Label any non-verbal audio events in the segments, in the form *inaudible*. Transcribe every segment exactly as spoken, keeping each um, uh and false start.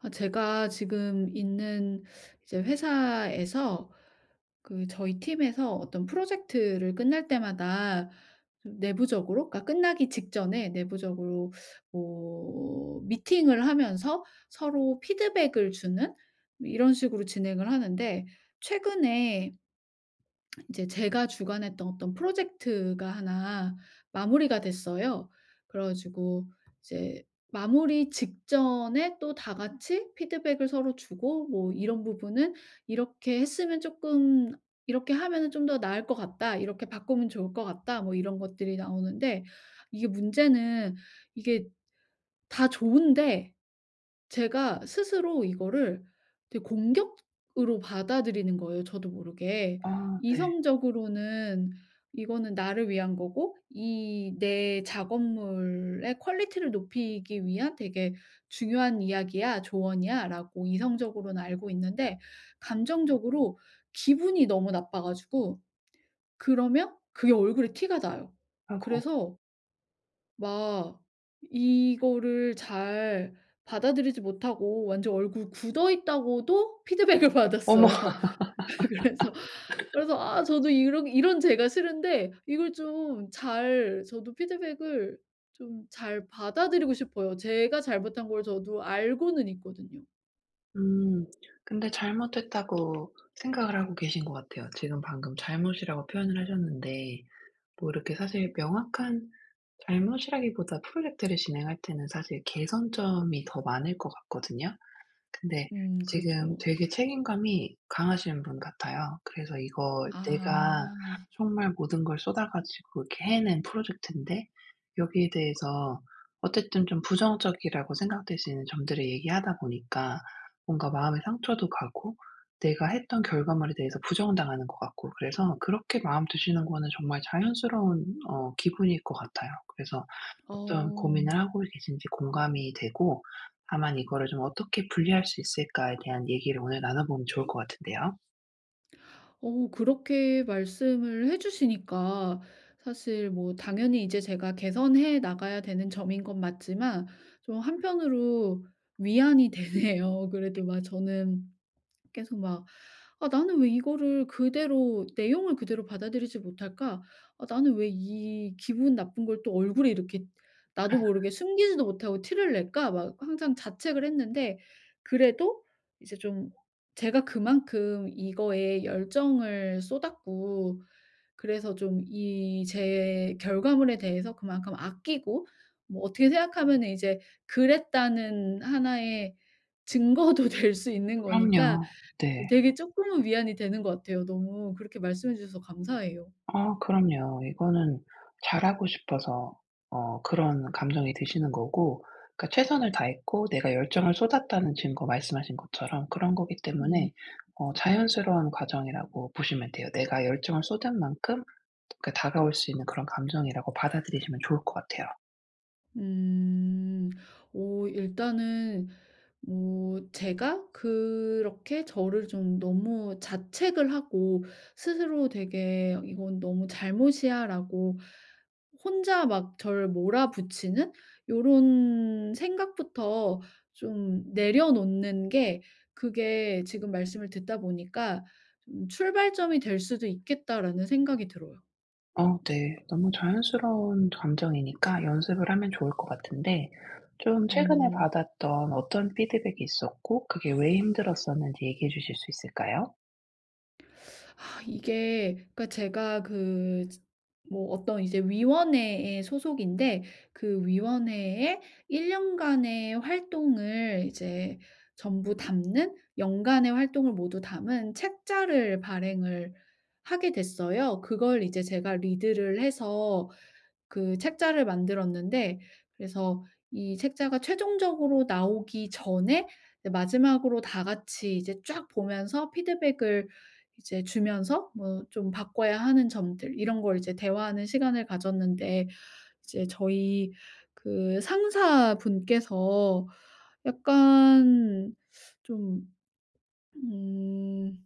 아 제가 지금 있는 이제 회사에서 그 저희 팀에서 어떤 프로젝트를 끝날 때마다 좀 내부적으로, 그러니까 끝나기 직전에 내부적으로 뭐 미팅을 하면서 서로 피드백을 주는 이런 식으로 진행을 하는데, 최근에 이제 제가 주관했던 어떤 프로젝트가 하나 마무리가 됐어요. 그래 가지고 이제 마무리 직전에 또 다 같이 피드백을 서로 주고 뭐 "이런 부분은 이렇게 했으면 쪼끔 이렇게 하면은 좀 더 나을 것 같다. 이렇게 바꾸면 좋을 것 같다." 뭐 이런 것들이 나오는데, 이게 문제는 이게 다 좋은데 제가 스스로 이거를 되게 공격으로 받아들이는 거예요, 저도 모르게. 아 네. 이성적으로는 이거는 나를 위한 거고 이 내 작업물의 퀄리티를 높이기 위한 되게 중요한 이야기야, 조언이야라고 이성적으로는 알고 있는데, 감정적으로 기분이 너무 나빠 가지고 그러면 그게 얼굴에 티가 나요. 아이고. 그래서 막 이거를 잘 받아들이지 못하고 완전 얼굴 굳어 있다고도 피드백을 어머. *laughs* 받았어요. *laughs* 그래서 그래서 아 저도 이런 이런 제가 싫은데 이걸 좀 잘 저도 피드백을 좀 잘 받아들이고 싶어요. 제가 잘못한 걸 저도 알고는 있거든요. 음. 근데 잘못했다고 생각을 하고 계신 것 같아요. 지금 방금 잘못이라고 표현을 하셨는데 뭐 이렇게 사실 명확한 잘못이라기보다 프로젝트를 진행할 때는 사실 개선점이 더 많을 것 같거든요. 근데 음, 지금 그렇죠. 되게 책임감이 강하신 분 같아요. 그래서 이거 내가 아. 정말 모든 걸 쏟아 가지고 이렇게 해낸 프로젝트인데 여기에 대해서 어쨌든 좀 부정적이라고 생각될 수 있는 점들을 얘기하다 보니까 뭔가 마음의 상처도 가고 내가 했던 결과물에 대해서 부정당하는 것 같고 그래서 그렇게 마음 드시는 거는 정말 자연스러운 어 기분일 것 같아요. 그래서 어떤 어. 고민을 하고 계신지 공감이 되고, 다만 이거를 좀 어떻게 분리할 수 있을까에 대한 얘기를 오늘 나눠보면 좋을 것 같은데요. 어, 그렇게 말씀을 해 주시니까 사실 뭐 당연히 이제 제가 개선해 나가야 되는 점인 건 맞지만, 좀 한편으로 위안이 *laughs* 되네요. 그래도 막 저는 계속 막 '아 나는 왜 이거를 그대로 내용을 그대로 받아들이지 못할까? 아 나는 왜 이 기분 나쁜 걸 또 얼굴에 이렇게 나도 모르게 숨기지도 못하고 티를 낼까?' 막 항상 자책을 했는데, 그래도 이제 좀 제가 그만큼 이거에 열정을 쏟았고, 그래서 좀 이 제 결과물에 대해서 그만큼 아끼고 뭐 어떻게 생각하면은 이제 그랬다는 하나의 증거도 *laughs* 될 수 있는 거니까 그럼요. 네. 되게 쪼끔은 위안이 되는 것 같아요. 너무 그렇게 말씀해 주셔서 감사해요. 아 그럼요. 이거는 잘하고 싶어서 어 그런 감정이 드시는 거고, 그러니까 최선을 다했고 내가 열정을 쏟았다는 증거 말씀하신 것처럼 그런 거기 음. 때문에 어 자연스러운 과정이라고 보시면 돼요. 내가 열정을 쏟은 만큼 그러니까 다가올 수 있는 그런 감정이라고 받아들이시면 좋을 것 같아요. 음. 오, 일단은 뭐 제가 그렇게 저를 좀 너무 자책을 하고 스스로 되게 '이건 너무 잘못이야.'라고 혼자 막 저를 몰아붙이는 요런 생각부터 좀 내려놓는 게, 그게 지금 말씀을 듣다 보니까 좀 '출발점이 될 수도 있겠다.'라는 생각이 들어요. 어 네. 너무 자연스러운 감정이니까 연습을 하면 좋을 것 같은데, 좀 최근에 음. 받았던 어떤 피드백이 있었고 그게 왜 힘들었었는지 얘기해 주실 수 있을까요? 아 이게 그러니까 제가 그 뭐 어떤 이제 위원회에 소속인데, 그 위원회에 일 년간의 활동을 이제 전부 담는, 연간의 활동을 모두 담은 책자를 발행을 하게 됐어요. 그걸 이제 제가 리드를 해서 그 책자를 만들었는데, 그래서 이 책자가 최종적으로 나오기 전에 이제 마지막으로 다 같이 이제 쫙 보면서 피드백을 이제 주면서 뭐 좀 바꿔야 하는 점들 이런 걸 이제 대화하는 시간을 가졌는데, 이제 저희 그 상사분께서 약간 좀 음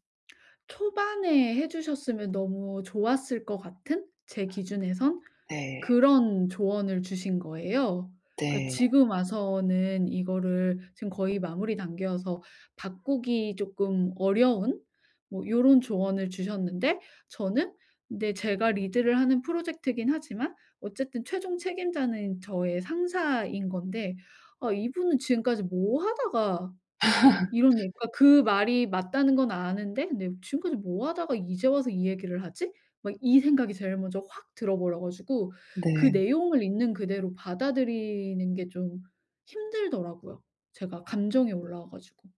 초반에 해 주셨으면 너무 좋았을 것 같은, 제 기준에선 네. 그런 조언을 주신 거예요. 그러니까 네. 지금 와서는 이거를 지금 거의 마무리 단계여서 바꾸기 조금 어려운 뭐 요런 조언을 주셨는데, 저는, 근데 제가 리드를 하는 프로젝트이긴 하지만 어쨌든 최종 책임자는 저의 상사인 건데, '아 이분은 지금까지 뭐 하다가 이런', 예 그러니까 그 말이 맞다는 건 아는데 '내가 지금까지 뭐 하다가 이제 와서 이 얘기를 하지?' 막 이 생각이 제일 먼저 확 들어 버려 가지고 그 네. 내용을 있는 그대로 받아들이는 게 좀 힘들더라고요. 제가 감정이 올라와 가지고.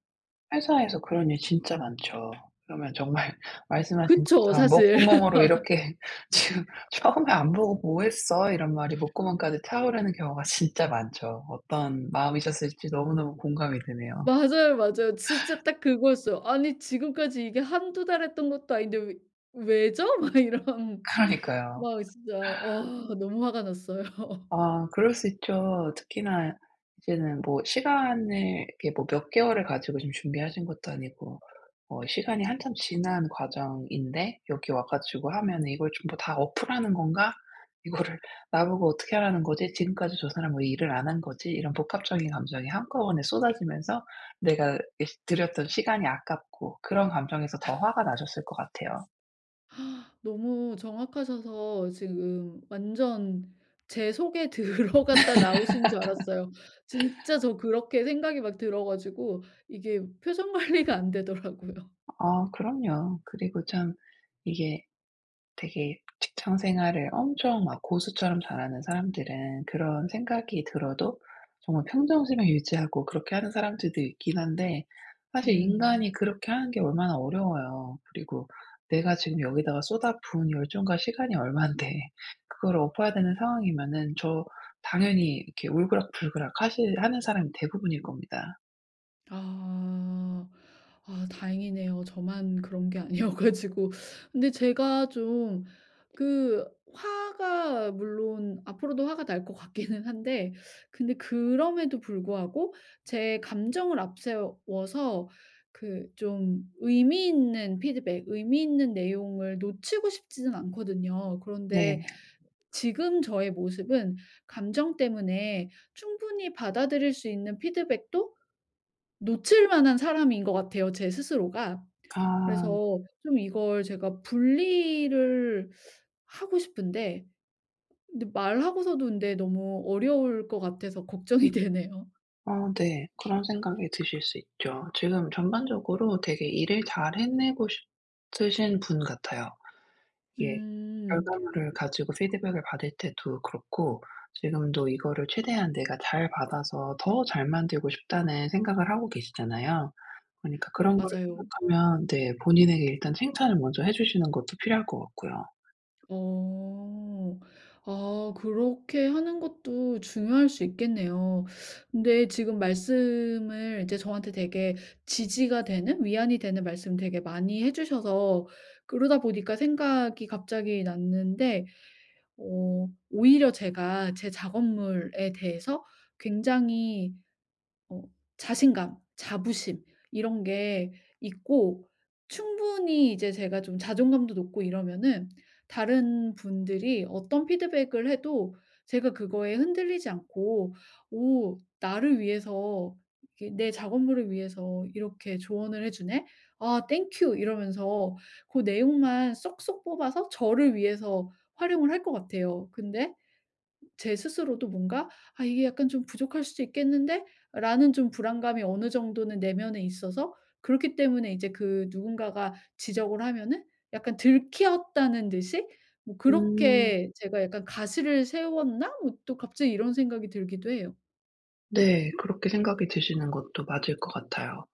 회사에서 그런 일 진짜 많죠. 그러면 정말 *laughs* 말씀하신 그쵸. 것처럼 사실. *laughs* 목구멍으로 이렇게 *laughs* 지금 "처음에 안 보고 뭐 했어?" 이런 말이 목구멍까지 차오르는 경우가 진짜 많죠. 어떤 마음이셨을지 너무너무 공감이 되네요. 맞아요, 맞아요. 진짜 딱 그거였어요. '아니 지금까지 이게 한두 달 했던 것도 아닌데 왜 왜죠?' *laughs* 막 이런, 그러니까요. 막 진짜, 아 너무 화가 났어요. 아 그럴 수 있죠. 특히나 이제는 뭐 시간을 이게 뭐 몇 개월을 가지고 지금 준비하신 것도 아니고 어 시간이 한참 지난 과정인데 여기 와 가지고 하면은 '이걸 좀부다 어플하는 건가? 이거를 *laughs* 나보고 어떻게 하라는 거지? 지금까지 저 사람 왜 일을 안 한 거지?' 이런 복합적인 감정이 한꺼번에 쏟아지면서 내가 들였던 시간이 아깝고 그런 감정에서 더 화가 나셨을 것 같아요. 너무 정확하셔서 지금 완전 제 속에 *laughs* 들어갔다 나오신 줄 알았어요. 진짜 저 그렇게 생각이 막 들어 가지고 이게 표정 관리가 안 되더라고요. 아 그럼요. 그리고 참 이게 되게 직장 생활을 엄청 막 고수처럼 잘하는 사람들은 그런 생각이 들어도 정말 평정심을 유지하고 그렇게 하는 사람들도 있긴 한데 사실 음. 인간이 그렇게 하는 게 얼마나 어려워요. 그리고 내가 지금 여기다가 쏟아부은 열정과 시간이 얼만데 *laughs* 그걸 엎어야 되는 상황이면은 저 당연히 이렇게 울그락불그락 하시 하는 사람이 대부분일 겁니다. 아. 아 다행이네요. 저만 그런 게 아니어 가지고. 근데 제가 좀 그 화가, 물론 앞으로도 화가 날 것 같기는 한데, 근데 그럼에도 불구하고 제 감정을 앞세워서 그 좀 의미 있는 피드백, 의미 있는 내용을 놓치고 싶지는 않거든요. 그런데 네. 지금 저의 모습은 감정 때문에 충분히 받아들일 수 있는 피드백도 놓칠 만한 사람인 것 같아요, 제 스스로가. 아. 그래서 좀 이걸 제가 분리를 하고 싶은데, 근데 말하고서도, 근데 너무 어려울 것 같아서 걱정이 *laughs* 되네요. 어 네. 그런 생각이 드실 수 있죠. 지금 전반적으로 되게 일을 잘 해내고 싶으신 분 같아요. 이게 음. 결과물을 가지고 피드백을 받을 때도 그렇고 지금도 이거를 최대한 내가 잘 받아서 더 잘 만들고 싶다는 생각을 하고 계시잖아요. 그러니까 오, 그런 거를 맞아요. 생각하면 네 본인에게 일단 칭찬을 먼저 해 주시는 것도 필요할 것 같고요. 어. 아 그렇게 하는 것도 중요할 수 있겠네요. 근데 지금 말씀을 이제 저한테 되게 지지가 되는, 위안이 되는 말씀 되게 많이 해 주셔서 그러다 보니까 생각이 갑자기 났는데, 어 오히려 제가 제 작업물에 대해서 굉장히 어 자신감, 자부심 이런 게 있고, 충분히 이제 제가 좀 자존감도 높고 이러면은 다른 분들이 어떤 피드백을 해도 제가 그거에 흔들리지 않고 '오 나를 위해서, 이렇게 내 작업물을 위해서 이렇게 조언을 해 주네. 아 땡큐.' 이러면서 고 내용만 쏙쏙 뽑아서 저를 위해서 활용을 할 것 같아요. 근데 제 스스로도 뭔가 '아 이게 약간 좀 부족할 수도 있겠는데?'라는 좀 불안감이 어느 정도는 내면에 있어서, 그렇기 때문에 이제 그 누군가가 지적을 하면은 약간 들키었다는 듯이 뭐 음. 그렇게 제가 약간 '가시를 세웠나?' 뭐 또 갑자기 이런 생각이 들기도 해요. 네. 그렇게 생각이 드시는 것도 맞을 것 같아요.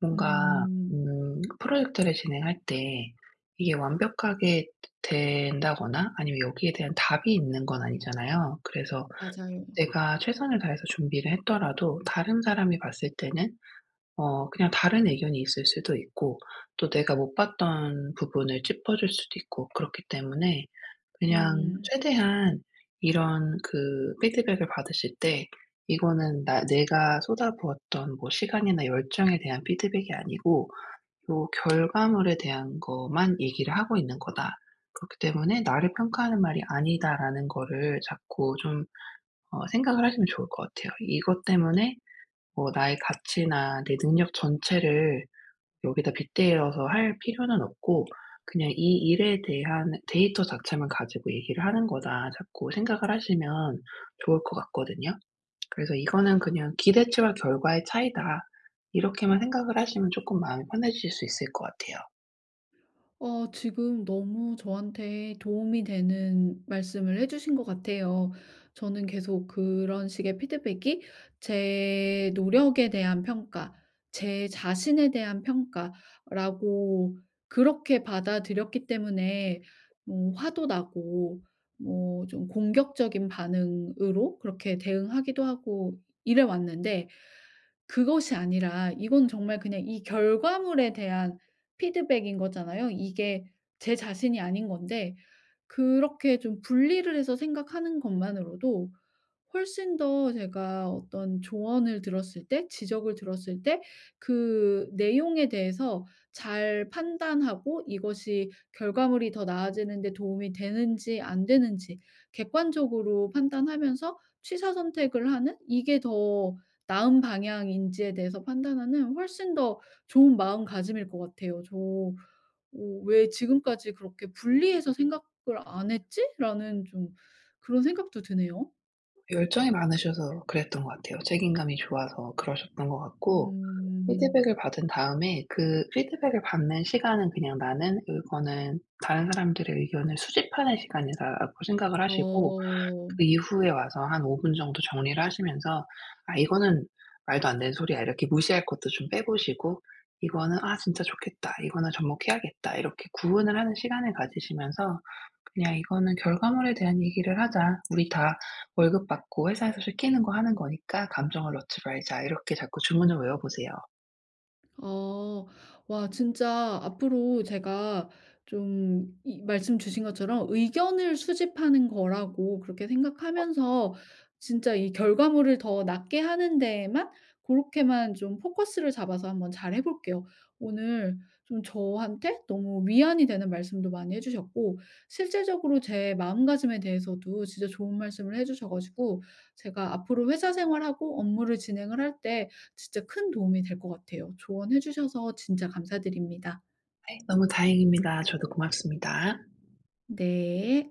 뭔가 음. 음 프로젝트를 진행할 때 이게 완벽하게 된다거나 아니면 여기에 대한 답이 있는 건 아니잖아요. 그래서 맞아요. 내가 최선을 다해서 준비를 했더라도 다른 사람이 봤을 때는 어 그냥 다른 의견이 있을 수도 있고, 또 내가 못 봤던 부분을 짚어줄 수도 있고 그렇기 때문에 그냥 음. 최대한 이런 그 피드백을 받으실 때 이거는 나 내가 쏟아부었던 뭐 시간이나 열정에 대한 피드백이 아니고 요 결과물에 대한 것만 얘기를 하고 있는 거다. 그렇기 때문에 '나를 평가하는 말이 아니다.'라는 거를 자꾸 좀 어 생각을 하시면 좋을 것 같아요. 이것 때문에 뭐 나의 가치나 내 능력 전체를 여기다 빗대어서 할 필요는 없고 그냥 '이 일에 대한 데이터 자체만 가지고 얘기를 하는 거다.' 자꾸 생각을 하시면 좋을 것 같거든요. 그래서 '이거는 그냥 기대치와 결과의 차이다.' 이렇게만 생각을 하시면 쪼끔 마음이 편해지실 수 있을 것 같아요. 어, 지금 너무 저한테 도움이 되는 말씀을 해주신 것 같아요. 저는 계속 그런 식의 피드백이 제 노력에 대한 평가, 제 자신에 대한 평가라고 그렇게 받아들였기 때문에 뭐 화도 나고 뭐 좀 공격적인 반응으로 그렇게 대응하기도 하고 이래 왔는데, 그것이 아니라 이건 정말 그냥 이 결과물에 대한 피드백인 거잖아요. 이게 제 자신이 아닌 건데 그렇게 좀 분리를 해서 생각하는 것만으로도 훨씬 더 제가 어떤 조언을 들었을 때, 지적을 들었을 때 그 내용에 대해서 잘 판단하고, 이것이 결과물이 더 나아지는데 도움이 되는지 안 되는지 객관적으로 판단하면서 취사 선택을 하는, 이게 더 나은 방향인지에 대해서 판단하는 훨씬 더 좋은 마음가짐일 것 같아요. 저 어 '왜 지금까지 그렇게 분리해서 생각을 안 했지?'라는 좀 그런 생각도 드네요. 열정이 많으셔서 그랬던 것 같아요. 책임감이 좋아서 그러셨던 것 같고 음. 피드백을 받은 다음에 그 피드백을 받는 시간은 그냥 '나는 이거는 다른 사람들의 의견을 수집하는 시간이다.'라고 생각을 하시고 어. 그 이후에 와서 한 오 분 정도 정리를 하시면서 '아 이거는 말도 안 되는 소리야.' 이렇게 무시할 것도 좀 빼보시고 '이거는 아 진짜 좋겠다. 이거는 접목해야겠다.' 이렇게 구분을 하는 시간을 가지시면서 그냥 '이거는 결과물에 대한 얘기를 하자. 우리 다 월급 받고 회사에서 시키는 거 하는 거니까 감정을 넣지 말자.' 이렇게 자꾸 주문을 외워보세요. 어. 와 진짜 앞으로 제가 좀 이 말씀 주신 것처럼 의견을 수집하는 거라고 그렇게 생각하면서 진짜 이 결과물을 더 낫게 하는 데에만, 그렇게만 좀 포커스를 잡아서 한번 잘 해 볼게요. 오늘 좀 저한테 너무 위안이 되는 말씀도 많이 해 주셨고 실질적으로 제 마음가짐에 대해서도 진짜 좋은 말씀을 해 주셔 가지고 제가 앞으로 회사 생활하고 업무를 진행을 할때 진짜 큰 도움이 될 것 같아요. 조언해 주셔서 진짜 감사드립니다. 네 너무 다행입니다. 저도 고맙습니다. 네.